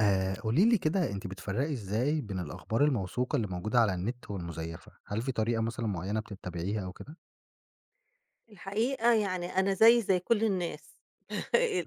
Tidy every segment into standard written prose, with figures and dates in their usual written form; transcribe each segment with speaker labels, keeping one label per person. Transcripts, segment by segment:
Speaker 1: قولي لي كده، أنتِ بتفرّقي إزاي بين الأخبار الموثوقة اللي موجودة على النت والمزيفة؟ هل في طريقة مثلًا معيّنة بتتبعيها أو كده؟
Speaker 2: الحقيقة يعني أنا زيي زي كل الناس.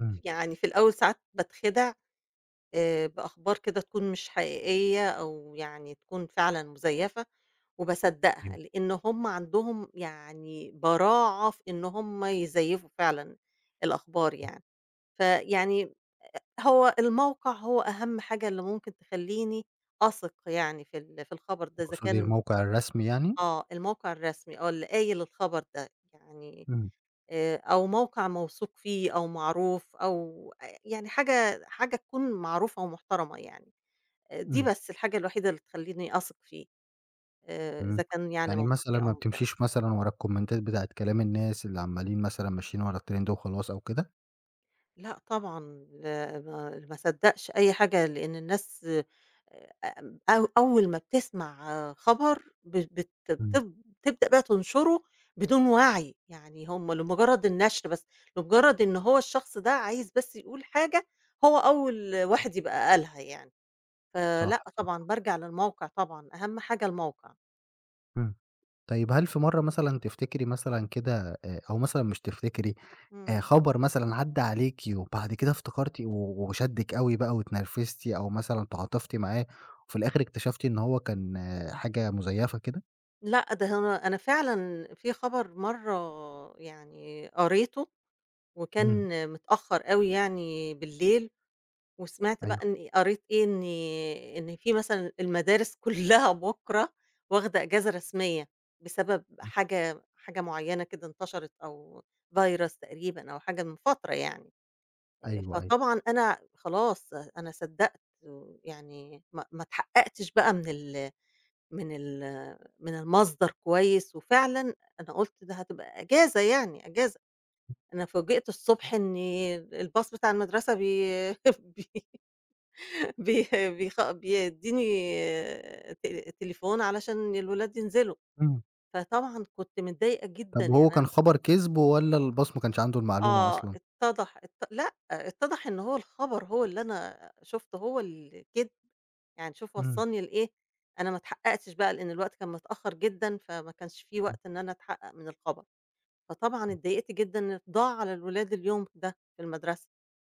Speaker 1: إمم.
Speaker 2: يعني في الأول ساعات باتخدع بأخبار كده تكون مش حقيقية أو يعني تكون فعلًا مزيفة
Speaker 1: أيوه.
Speaker 2: وباصدقها، لإن هم عندهم يعني براعة في إن هم يزيفوا فعلًا الأخبار يعني. فيعني هو الموقع هو أهم حاجة اللي ممكن تخلّيني أثق يعني في الخبر ده إذا
Speaker 1: تقصدي
Speaker 2: كان
Speaker 1: الموقع الرسمي يعني؟
Speaker 2: آه، الموقع الرسمي آه، اللي قايل الخبر ده يعني،
Speaker 1: إمم.
Speaker 2: أو موقع موثوق فيه أو معروف أو أ يعني حاجة تكون معروفة ومحترمة يعني، دي
Speaker 1: إمم.
Speaker 2: بس الحاجة الوحيدة اللي تخلّيني أثق فيه،
Speaker 1: إمم،
Speaker 2: إذا كان يعني
Speaker 1: يعني
Speaker 2: موثوق
Speaker 1: مثلًا
Speaker 2: فيه
Speaker 1: ما
Speaker 2: أو
Speaker 1: بتمشيش مثلًا ورا الكومنتات بتاعة كلام الناس اللي عمّالين مثلًا ماشيين ورا الtrend وخلاص أو كده؟
Speaker 2: لأ طبعًا، ما صدّقش أي حاجة، لإن الناس أو أول ما بتسمع آه، خبر ب بت
Speaker 1: إمم.
Speaker 2: بتب بتبدأ بقى تنشره بدون وعي، يعني هم لمجرد النشر بس، لمجرد إن هو الشخص ده عايز بس يقول حاجة، هو أول واحد يبقى قالها يعني،
Speaker 1: صح،
Speaker 2: فلأ طبعًا
Speaker 1: صح.
Speaker 2: بارجع للموقع طبعًا، أهم حاجة الموقع.
Speaker 1: إمم. طيب هل في مرّة مثلًا تفتكري مثلًا كده أو مثلًا مش تفتكري
Speaker 2: إمم.
Speaker 1: خبر مثلًا عدّى عليكِ وبعد كده افتكرتِ و وشدِّك أوي بقى واتنرفزتِ أو مثلًا تعاطفتِ معاه وفي الآخر اكتشفتِ إن هو كان حاجة مزيّفة كده؟
Speaker 2: لأ ده أنا فعلًا في خبر مرّة يعني قريته
Speaker 1: إمم،
Speaker 2: وكان متأخّر أوي يعني بالليل، وسمعت
Speaker 1: أيوه،
Speaker 2: بقى إن قريت إيه، إن إن في مثلًا المدارس كلّها بُكرة واخدة إجازة رسمية، بسبب حاجة معيّنة كده انتشرت أو virus تقريبًا أو حاجة من فترة يعني،
Speaker 1: أيوه، أيوه.
Speaker 2: فطبعًا أنا خلاص أنا صدّقت، ويعني ما اتحقّقتش بقى من ال من المصدر كويس، وفعلًا أنا قُلت ده هتبقى إجازة يعني، إجازة. أنا فوجئت الصبح إن الباص بتاع المدرسة بي بي بيخ بيدّيني ت تليفون علشان الولاد ينزلوا،
Speaker 1: إمم.
Speaker 2: فطبعًا كنت متضايقة جدًا
Speaker 1: طب وهو
Speaker 2: يعني أنا
Speaker 1: كان خبر كِذب والّا الboss ما كانش عنده المعلومة
Speaker 2: آه،
Speaker 1: أصلًا؟
Speaker 2: اتّضح ات لأ، اتّضح إن هو الخبر هو اللي أنا شُفته هو كده، يعني شوف
Speaker 1: إمم،
Speaker 2: وصّلني لإيه، أنا ما اتحققتش بقى لإن الوقت كان متأخّر جدًا، فما كانش في
Speaker 1: إمم،
Speaker 2: وقت إن أنا أتحقق من الخبر، فطبعًا اتضايقت جدًا إن ضاع على الولاد اليوم ده في المدرسة.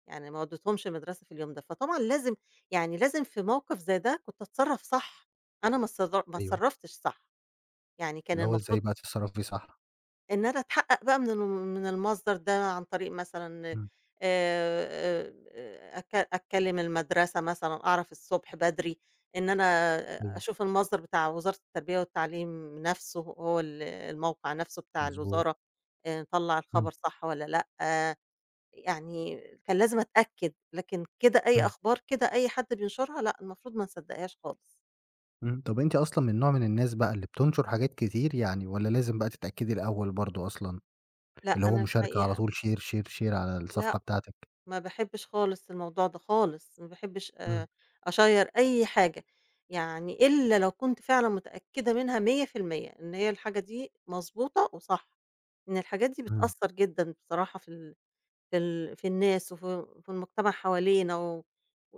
Speaker 2: يعني ما وديتهمش المدرسة في اليوم ده، فطبعًا لازم يعني لازم في موقف زي ده كنت أتصرّف صح، أنا ما
Speaker 1: أيوه.
Speaker 2: اتصرّفتش صح، يعني كان
Speaker 1: اللي هو إزاي
Speaker 2: المفروض
Speaker 1: بقى تتصرّفي صح.
Speaker 2: إن أنا أتحقق بقى من المصدر ده عن طريق مثلًا
Speaker 1: إمم،
Speaker 2: أك أكلّم المدرسة مثلًا، أعرف الصبح بدري إن أنا
Speaker 1: أيوه،
Speaker 2: أشوف المصدر بتاع وزارة التربية والتعليم نَفْسه هو الموقع نَفْسه بتاع
Speaker 1: مضبوط.
Speaker 2: الوزارة مطلّع
Speaker 1: إمم،
Speaker 2: الخبر صح والّا لأ. يعني كان لازم أتأكد، لكن كده أي
Speaker 1: إمم،
Speaker 2: أخبار كده أي حد بينشرها لأ، المفروض ما نصدقهاش خالص.
Speaker 1: إمم. طب أنتِ أصلًا من نوع من الناس بقى اللي بتنشر حاجات كتير يعني، والّا لازم بقى تتأكدي الأول برضه أصلًا،
Speaker 2: لأ،
Speaker 1: اللي هو
Speaker 2: أنا
Speaker 1: مشاركة على
Speaker 2: الحقيقة
Speaker 1: طول، share، share، share على
Speaker 2: لأ،
Speaker 1: الصفحة بتاعتِك؟
Speaker 2: ما باحبش خالص الموضوع ده خالص، ما باحبش
Speaker 1: إمم،
Speaker 2: أشيّر أي حاجة، يعني إلا لو كنت فعلًا متأكدة منها 100% إن هي الحاجة دي مضبوطة وصح، إن الحاجات دي
Speaker 1: إمم،
Speaker 2: بتأثّر جدًا بصراحة في الناس وفي المجتمع حوالينا و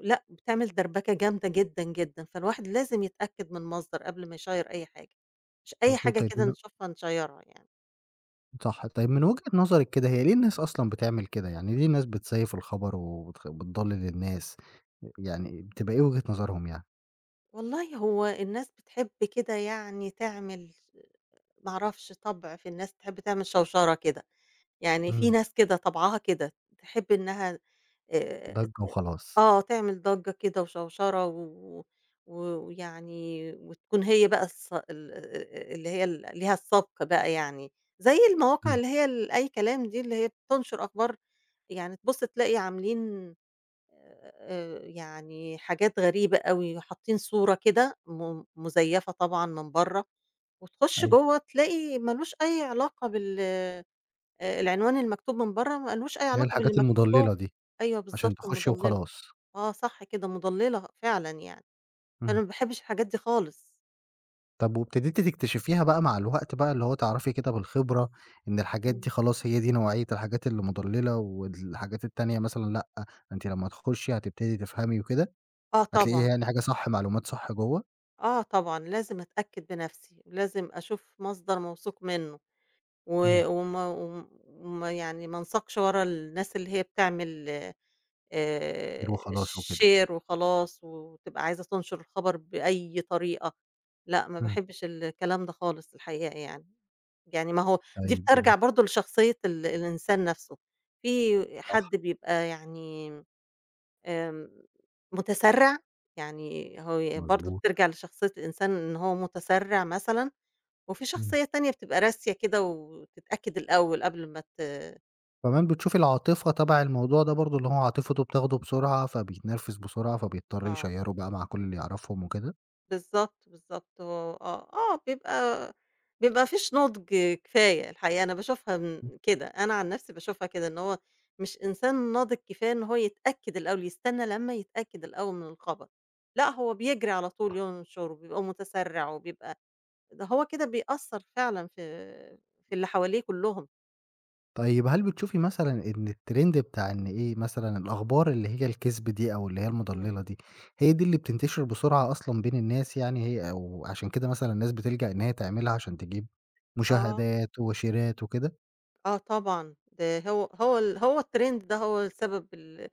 Speaker 2: لأ، بتعمل دربكة جامدة جدًا، جدًا، فالواحد لازم يتأكد من مصدر قبل ما يشيّر أي حاجة، مش أي
Speaker 1: مضبوط.
Speaker 2: حاجة
Speaker 1: طيب
Speaker 2: كده
Speaker 1: من
Speaker 2: نشوفها نشيّرها يعني.
Speaker 1: صح، طيب من وجهة
Speaker 2: إمم.
Speaker 1: نظرِك كده هي ليه الناس أصلًا بتعمل كده؟ يعني ليه الناس بتسيّف الخبر بتضلّل الناس؟ يعني بتبقى إيه وجهة نظرهم يعني؟
Speaker 2: والله هو الناس بتحب كده يعني تعمل ما أعرفش طَبْع في الناس تحب تعمل شوشرة كده، يعني في
Speaker 1: إمم.
Speaker 2: ناس كده طبعها كده، تحب إنها آآ
Speaker 1: ضجّة وخلاص.
Speaker 2: آه، تعمل ضجّة كده وشوشرة و و ويعني وتكون هي بقى اللي هي ليها السبق بقى يعني، زي المواقع
Speaker 1: إمم،
Speaker 2: اللي هي ال أي كلام دي اللي هي بتنشر أخبار يعني تبُص تلاقي عاملين يعني حاجات غريبة أوي، حاطين صورة كده مزيفة طبعًا من برّه، وتخش
Speaker 1: أيوه،
Speaker 2: جوّه تلاقي ما لوش أي علاقة بال. العنوان المكتوب من برّه ما لوش أي
Speaker 1: هي
Speaker 2: علاقة باللي
Speaker 1: الحاجات
Speaker 2: مكتوب جوّه.
Speaker 1: المضلّلة دي
Speaker 2: أيوه
Speaker 1: عشان
Speaker 2: بالضبط،
Speaker 1: تخُشّي
Speaker 2: مضللة.
Speaker 1: وخلاص؟
Speaker 2: آه صح كده، مُضلِّلة فعلًا يعني،
Speaker 1: إمم.
Speaker 2: أنا ما باحبش الحاجات دي خالص.
Speaker 1: طب وابتديتِ تكتشفيها بقى مع الوقت بقى، اللي هو تعرفي كده بالخبرة إن الحاجات دي
Speaker 2: إمم.
Speaker 1: خلاص هي دي نوعية الحاجات اللي مضلّلة، والحاجات التانية مثلًا لأ، أنتِ لمّا تخُشّي هتبتدي تفهمي وكده،
Speaker 2: آه
Speaker 1: هتلاقيها
Speaker 2: طبعًا،
Speaker 1: يعني حاجة صح، معلومات صح جوّه؟
Speaker 2: آه طبعًا، لازم أتأكد بنَفْسي، لازم أشوف مصدر موثوق منّه
Speaker 1: إمم.
Speaker 2: و وما وم وما يعني ما انساقش ورا الناس اللي هي بتعمل
Speaker 1: تفكير وخلاص وكده.
Speaker 2: share وخلاص وتبقى عايزة تنشر الخبر بأي طريقة، لأ ما
Speaker 1: إمم.
Speaker 2: باحبش الكلام ده خالص الحقيقة يعني. يعني ما هو دي
Speaker 1: طيب جميل.
Speaker 2: بترجع برضه لشخصية الإنسان نَفْسه، في
Speaker 1: صح،
Speaker 2: حد بيبقى يعني آمم، متسرّع، يعني هو برضه
Speaker 1: مضبوط.
Speaker 2: بترجع لشخصية الإنسان إن هو متسرّع مثلًا، وفي
Speaker 1: إمم.
Speaker 2: شخصية تانية بتبقى راسية كده وتتأكد الأول قبل ما ت
Speaker 1: كمان بتشوفي العاطفة تبع الموضوع ده برضه، اللي هو عاطفته بتاخده بسرعة، فبيتنرفز بسرعة، فبيضطر
Speaker 2: آه،
Speaker 1: يشيّره بقى مع كل اللي يعرفهم وكده.
Speaker 2: بالضبط، بالضبط، هو آه، آه، بيبقى ما بيبقاش نضج كفاية الحقيقة، أنا باشوفها
Speaker 1: إمم.
Speaker 2: من كده، أنا عن نَفْسي باشوفها كده إن هو مش إنسان ناضج كفاية إن هو يتأكد الأول، يستنى لمّا يتأكد الأول من الخبر، لأ هو بيجري على طول ينشر وبيبقى متسرّع وبيبقى ده هو كده بيأثّر فعلًا في في اللي حواليه كلّهم.
Speaker 1: طيب هل بتشوفي مثلًا إن الtrend بتاع إن إيه، مثلًا الأخبار اللي هي الكذب دي، أو اللي هي
Speaker 2: إمم.
Speaker 1: المضللة دي، هي دي اللي بتنتشر بسرعة أصلًا بين الناس يعني هي، أو عشان كده مثلًا الناس بتلجأ إن هي تعملها عشان تجيب
Speaker 2: آه،
Speaker 1: مشاهدات وشيرات وكده؟
Speaker 2: آه طبعًا، ده هو الtrend ده هو السبب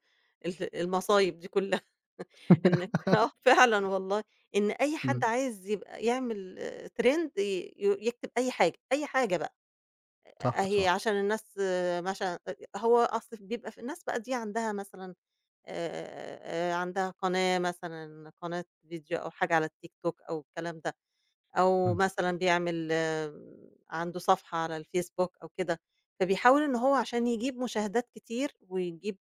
Speaker 2: ال المصايب دي كلّها. إنِّك آه فعلًا والله، إن أي حد
Speaker 1: إمم،
Speaker 2: عايز يبقى يعمل trend ي ي يكتب أي حاجة، أي حاجة بقى،
Speaker 1: صح،
Speaker 2: أهي
Speaker 1: صح.
Speaker 2: عشان الناس آه، مثلًا هو أصل بيبقى في الناس بقى دي عندها مثلًا عندها قناة مثلًا، قناة فيديو أو حاجة على الTikTok أو الكلام ده. أو
Speaker 1: إمم.
Speaker 2: مثلًا بيعمل آه، عنده صفحة على الفيسبوك أو كده، فبيحاول إن هو عشان يجيب مشاهدات كتير ويجيب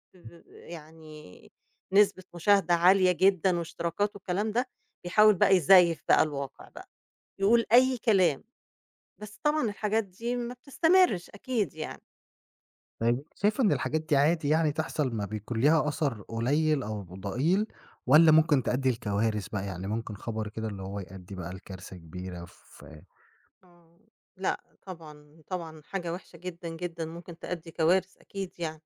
Speaker 2: يعني نسبة مشاهدة عالية جدًا واشتراكات والكلام ده، بيحاول بقى يزيف بقى الواقع بقى، يقول أي كلام، بس طبعًا الحاجات دي ما بتستمرش أكيد يعني،
Speaker 1: طيب أنتِ شايفة إن الحاجات دي عادي يعني تحصل، ما بيكون ليها أثر قليل أو ضئيل، والّا ممكن تؤدي لكوارث بقى، يعني ممكن خبر كده اللي هو يؤدي بقى لكارثة كبيرة في
Speaker 2: آه، لأ طبعًا، طبعًا حاجة وحشة جدًا، جدًا ممكن تأدي كوارث أكيد يعني،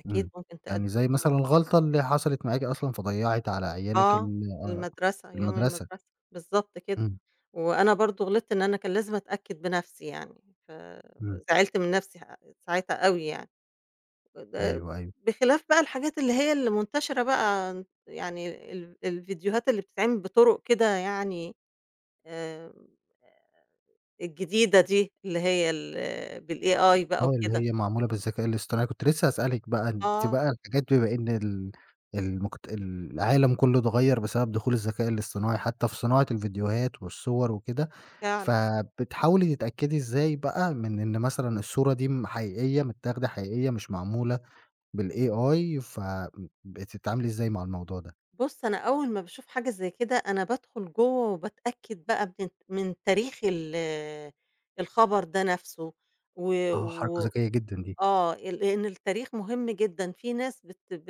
Speaker 2: أكيد
Speaker 1: إمم.
Speaker 2: ممكن
Speaker 1: يعني
Speaker 2: تأدي
Speaker 1: زي مثلًا الغلطة اللي حصلت معاكِ أصلًا فضيّعِت على عيالِك
Speaker 2: آه، المدرسة، يوم
Speaker 1: المدرسة؟
Speaker 2: المدرسة، بالضبط كده،
Speaker 1: إمم،
Speaker 2: وأنا برضه غلطت إن أنا كان لازم أتأكد بنفسي يعني،
Speaker 1: إمم،
Speaker 2: فزعلت من نفسي ساعتها أوي يعني، ده
Speaker 1: أيوه، أيوه.
Speaker 2: بخلاف بقى الحاجات اللي هي اللي منتشرة بقى يعني الفيديوهات اللي بتتعمل بطرق كده يعني آمم، الجديدة دي اللي هي ال بالAI بقى
Speaker 1: آه، اللي
Speaker 2: وكده،
Speaker 1: هي معمولة بالذكاء الاصطناعي، كنت لسه هاسألِك بقى أنتِ
Speaker 2: آه
Speaker 1: بقى الحاجات بما إن ال المجت العالم كله اتغيّر بسبب دخول الذكاء الاصطناعي حتى في صناعة الفيديوهات والصور وكده،
Speaker 2: فعلًا،
Speaker 1: فبتحاولي تتأكدي إزاي بقى من إن مثلًا الصورة دي حقيقية، متاخدة حقيقية، مش معمولة
Speaker 2: إمم.
Speaker 1: بالAI ف م بتتعاملي إزاي مع الموضوع ده؟
Speaker 2: بُص، أنا أول ما باشوف حاجة زي كده، أنا بادخل جوّه وباتأكد بقى من من تاريخ الخبر ده نفسه، و
Speaker 1: آه، حركة
Speaker 2: و
Speaker 1: ذكية جدًا دي.
Speaker 2: آه، لإن التاريخ مهم جدًا، في ناس بت ب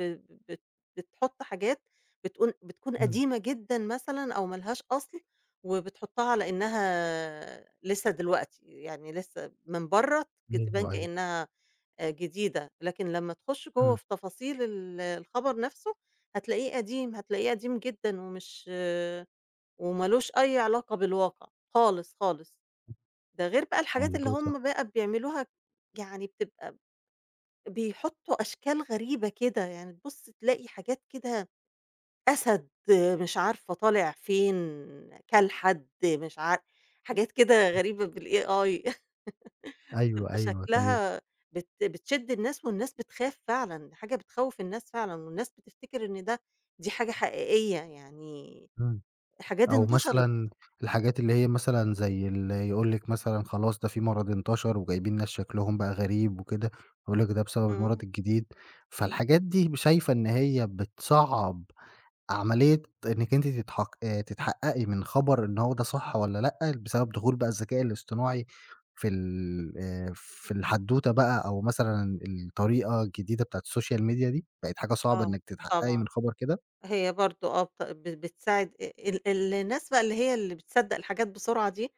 Speaker 2: بت بتحط حاجات بتقول بتكون
Speaker 1: إمم،
Speaker 2: قديمة جدًا مثلًا أو ما لهاش أصل، وبتحطها على إنها لسه دلوقتي، يعني لسه من برّه تبان
Speaker 1: أيوه، أيوه،
Speaker 2: كإنها جديدة، لكن لمّا تخُش جوّه
Speaker 1: إمم،
Speaker 2: في تفاصيل الخبر نَفْسه هتلاقيه قديم، هتلاقيه قديم جدًا ومش وما لوش أي علاقة بالواقع خالص، خالص. ده غير بقى الحاجات اللي
Speaker 1: مضبوط صح،
Speaker 2: هم بقى بيعملوها يعني بتبقى بيحُطّوا أشكال غريبة كده، يعني تبُص تلاقي حاجات كده أسد آه، مش عارفة طالع فين، كَلحَد مش عار حاجات كده
Speaker 1: إمم،
Speaker 2: غريبة بالAI
Speaker 1: أيوه،
Speaker 2: بتبقى
Speaker 1: أيوه، طيب.
Speaker 2: شكلها بتشد الناس والناس بتخاف فعلًا، حاجة بتخوّف الناس فعلًا والناس بتفتكر إن ده دي حاجة حقيقية، يعني
Speaker 1: إمم.
Speaker 2: حاجات
Speaker 1: أو
Speaker 2: انتشرت.
Speaker 1: مثلًا الحاجات اللي هي مثلًا زي اللي يقول لِك مثلًا خلاص ده في مرض انتشر وجايبين ناس شكلهم بقى غريب وكده، يقول لِك ده بسبب المرض
Speaker 2: إمم،
Speaker 1: الجديد،
Speaker 2: أيوه،
Speaker 1: فالحاجات دي شايفة إن هي بتصعّب عملية إنِّك أنتِ تتحققي من خبر إن هو ده صح والّا لأ، بسبب دخول بقى الذكاء الاصطناعي في ال في الحدوتة بقى، أو مثلًا الطريقة الجديدة بتاعة السوشيال ميديا دي، بقت حاجة صعبة
Speaker 2: آه،
Speaker 1: إنِّك تتحققي
Speaker 2: طبعًا.
Speaker 1: من خبر كده؟
Speaker 2: هي برضه آه، بت ب بتساعد الناس بقى اللي هي اللي بتصدّق الحاجات بسرعة دي،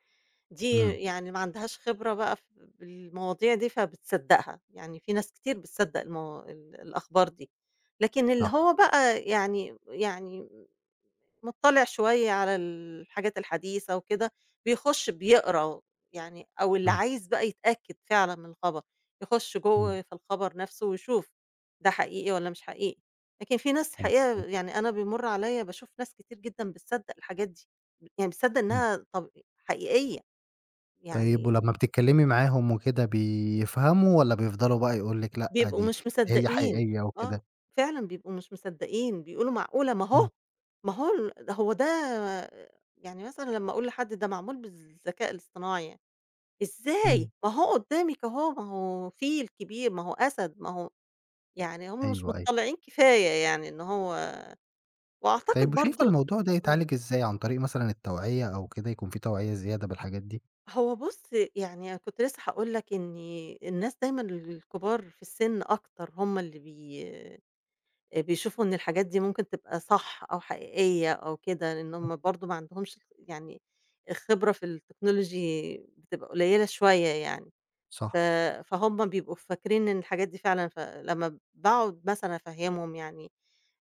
Speaker 2: دي
Speaker 1: إمم،
Speaker 2: يعني ما عندهاش خبرة بقى في بالمواضيع دي فبتصدّقها، يعني في ناس كتير بتصدّق المو ال الأخبار دي، لكن اللي
Speaker 1: صح،
Speaker 2: هو بقى يعني يعني مُطّلع شوية على الحاجات الحديثة وكده، بيخُش بيقرا يعني أو اللي
Speaker 1: إمم،
Speaker 2: عايز بقى يتأكد فعلًا من الخبر، يخُش
Speaker 1: إمم،
Speaker 2: جوّه في الخبر نَفْسه ويشوف ده حقيقي والّا مش حقيقي، لكن في ناس الحقيقة
Speaker 1: مضبوط،
Speaker 2: يعني أنا بيمُر عليّا باشوف ناس كتير جدًا بتصدّق الحاجات دي، يعني بتصدّق
Speaker 1: إمم.
Speaker 2: إنها طب حقيقية،
Speaker 1: طيب
Speaker 2: يعني
Speaker 1: ولمّا بتتكلّمي معاهم وكده بيفهموا، والّا بيفضلوا بقى يقول لِك لأ، دي
Speaker 2: بيبقوا مش
Speaker 1: دي هي
Speaker 2: مصدّقين،
Speaker 1: حقيقية
Speaker 2: آه،
Speaker 1: وكده؟
Speaker 2: فعلًا بيبقوا مش مصدّقين، بيقولوا معقولة! ما
Speaker 1: إمم،
Speaker 2: هو ما هو ده هو ده يعني مثلًا لمّا أقول لحد ده معمول بالذكاء الاصطناعي، يعني،
Speaker 1: إمم،
Speaker 2: إزاي! ما هو قدّامِك أهو، ما هو فيل كبير، ما هو أسد، ما هو يعني هم مش
Speaker 1: أيوه، أيوه.
Speaker 2: متطلعين كفاية يعني إن هو
Speaker 1: طيب
Speaker 2: وأعتقد
Speaker 1: وشايفة
Speaker 2: برضه
Speaker 1: الموضوع ده
Speaker 2: إمم،
Speaker 1: يتعالج إزاي، عن طريق مثلًا التوعية أو كده، يكون في توعية زيادة بالحاجات دي؟
Speaker 2: هو بُص يعني كنت لسه هاقول لك إن الناس دايمًا الكبار في السن أكتر هم اللي بيشوفوا إن الحاجات دي ممكن تبقى صح أو حقيقية أو كده، لإن
Speaker 1: آه.
Speaker 2: هُم برضه ما عندهمش يعني الخبرة في التكنولوجي بتبقى قليلة شوية يعني، ف
Speaker 1: صح،
Speaker 2: فهُم بيبقوا فاكرين إن الحاجات دي فعلًا فلمّا باقعد مثلًا أفهّمهم يعني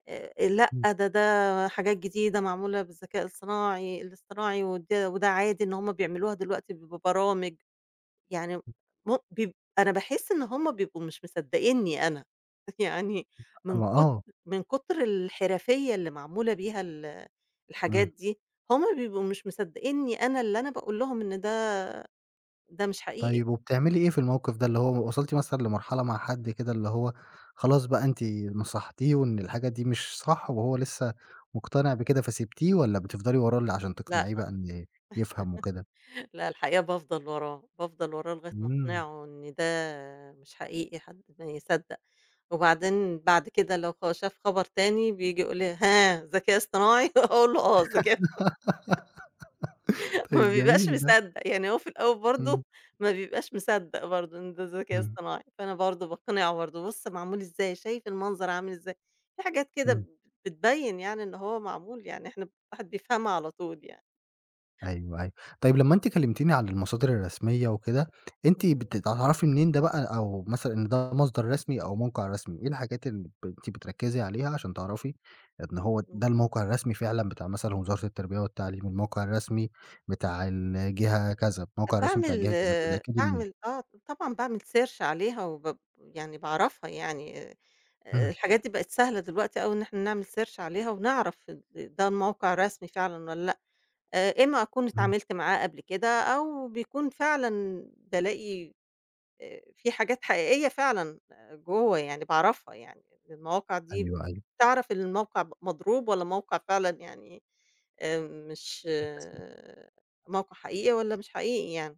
Speaker 2: لأ
Speaker 1: إمم،
Speaker 2: ده ده حاجات جديدة معمولة بالذكاء الصناعي الاصطناعي وده عادي إن هُم بيعملوها دلوقتي ببرامج. يعني م بيب أنا باحس إن هُم بيبقوا مش مصدقينّي أنا، يعني من
Speaker 1: ما
Speaker 2: كتر
Speaker 1: آه،
Speaker 2: من كتر الحرفية اللي معمولة بيها الحاجات
Speaker 1: إمم.
Speaker 2: دي، هُم بيبقوا مش مصدقينّي أنا اللي أنا باقول لهم إن ده ده مش حقيقي،
Speaker 1: طيب وبتعملي إيه في الموقف ده، اللي هو وصلتِ مثلًا لمرحلة مع حد كده اللي هو خلاص بقى أنتِ نصحتيه، وإن الحاجة دي مش صح، وهو لسه مقتنع بكده، فسِبتيه والّا بتفضلي وراه عشان
Speaker 2: لأ،
Speaker 1: تقنعيه بقى إن يفهم وكده؟
Speaker 2: لأ الحقيقة بافضل وراه، بافضل وراه لغاية ما
Speaker 1: إمم.
Speaker 2: أقنعه إن ده مش حقيقي، حد ما يصدق، وبعدين بعد كده لو شاف خبر تاني بييجي يقول لي: "ها ذكاء اصطناعي؟" أقول له: "آه ذكاء." هو ما
Speaker 1: طيب
Speaker 2: بيبقاش
Speaker 1: جميل ده.
Speaker 2: مصدّق، يعني هو في الأول
Speaker 1: إمم.
Speaker 2: برضه ما بيبقاش مصدّق برضه إن ده ذكاء
Speaker 1: إمم،
Speaker 2: اصطناعي، فأنا برضه باقنعه برضه، بُص معمول إزاي، شايف المنظر عامل إزاي، في حاجات كده
Speaker 1: إمم.
Speaker 2: بتبيّن يعني إن هو معمول يعني إحنا الواحد بيفهمها على طول يعني.
Speaker 1: أيوه، أيوه. طيب لمّا أنتِ كلمتيني عن المصادر الرسمية وكده، أنتِ
Speaker 2: إمم،
Speaker 1: بتعرفي منين ده بقى، أو مثلًا إن ده مصدر رسمي أو موقع رسمي، إيه الحاجات اللي أنتِ بتركّزي عليها عشان تعرفي إن هو
Speaker 2: إمم.
Speaker 1: ده الموقع الرسمي فعلًا بتاع مثلًا وزارة التربية والتعليم، الموقع الرسمي بتاع الجهة كذا، الموقع الرسمي بتاع
Speaker 2: باعمل
Speaker 1: الجهة كذا،
Speaker 2: آه،
Speaker 1: بتتأكدي منين؟
Speaker 2: باعمل آه، طبعًا باعمل search عليها وب يعني باعرفها يعني
Speaker 1: إمم،
Speaker 2: الحاجات دي بقت سهلة دلوقتي أوي إن إحنا نعمل search عليها ونعرف ده الموقع رسمي فعلًا والّا لأ. إما أكون
Speaker 1: إمم.
Speaker 2: اتعاملت معاه قبل كده، أو بيكون فعلًا بالاقي في حاجات حقيقية فعلًا آه، جوّه يعني باعرفها يعني، المواقع دي
Speaker 1: أيوه، أيوه.
Speaker 2: تعرف إن الموقع مضروب والّا موقع فعلًا يعني مش آه، موقع حقيقي والّا مش حقيقي يعني.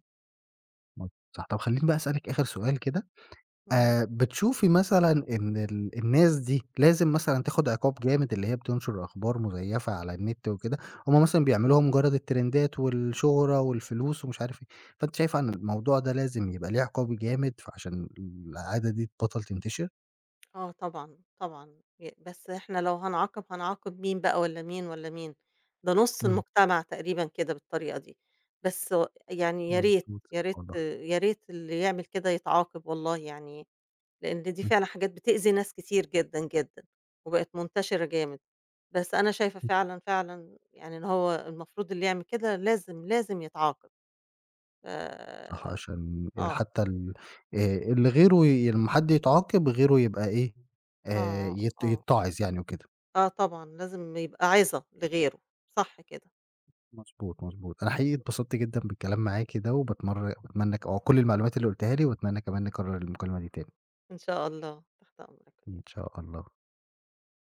Speaker 1: صح. طب خلّيني بقى أسألِك آخر سؤال كده،
Speaker 2: اهم.
Speaker 1: بتشوفي مثلًا إن الناس دي لازم مثلًا تاخد عقاب جامد، اللي هي بتنشر أخبار مزيفة على النت وكده، هم مثلًا بيعملوها مجرد الترندات والشهرة والفلوس ومش عارف إيه، فأنتِ شايفة إن الموضوع ده لازم يبقى ليه عقاب جامد فعشان العادة دي تبطل تنتشر؟
Speaker 2: آه طبعًا، طبعًا، بس إحنا لو هنعاقب هنعاقب مين بقى والّا مين والّا مين؟ ده نُص
Speaker 1: إمم،
Speaker 2: المجتمع تقريبًا كده بالطريقة دي، بس
Speaker 1: مضبوط صح والله،
Speaker 2: يا ريت اللي يعمل كده يتعاقب والله يعني، لإن دي
Speaker 1: إمم،
Speaker 2: فعلًا حاجات بتأذي ناس كتير جدًا، جدًا، وبقت منتشرة جامد، بس أنا شايفة
Speaker 1: إمم،
Speaker 2: فعلًا، فعلًا يعني إن هو المفروض اللي يعمل كده لازم، لازم يتعاقب، ف
Speaker 1: صح عشان
Speaker 2: آه،
Speaker 1: حتى ال اللي غيره لمّا حد يتعاقب غيره يبقى إيه،
Speaker 2: آه،
Speaker 1: يت
Speaker 2: آه،
Speaker 1: يتعظ يعني وكده.
Speaker 2: آه طبعًا لازم يبقى عِظة لغيره، صح كده.
Speaker 1: مضبوط، مضبوط. أنا حقيقي اتبسطت جدًا بالكلام معاكِ ده، وباتمر باتمنى أو كل المعلومات اللي قُلتيها لي، وأتمنى كمان نكرر المكالمة دي تاني.
Speaker 2: إن شاء الله، تحت
Speaker 1: إن
Speaker 2: أمرك.
Speaker 1: شاء الله.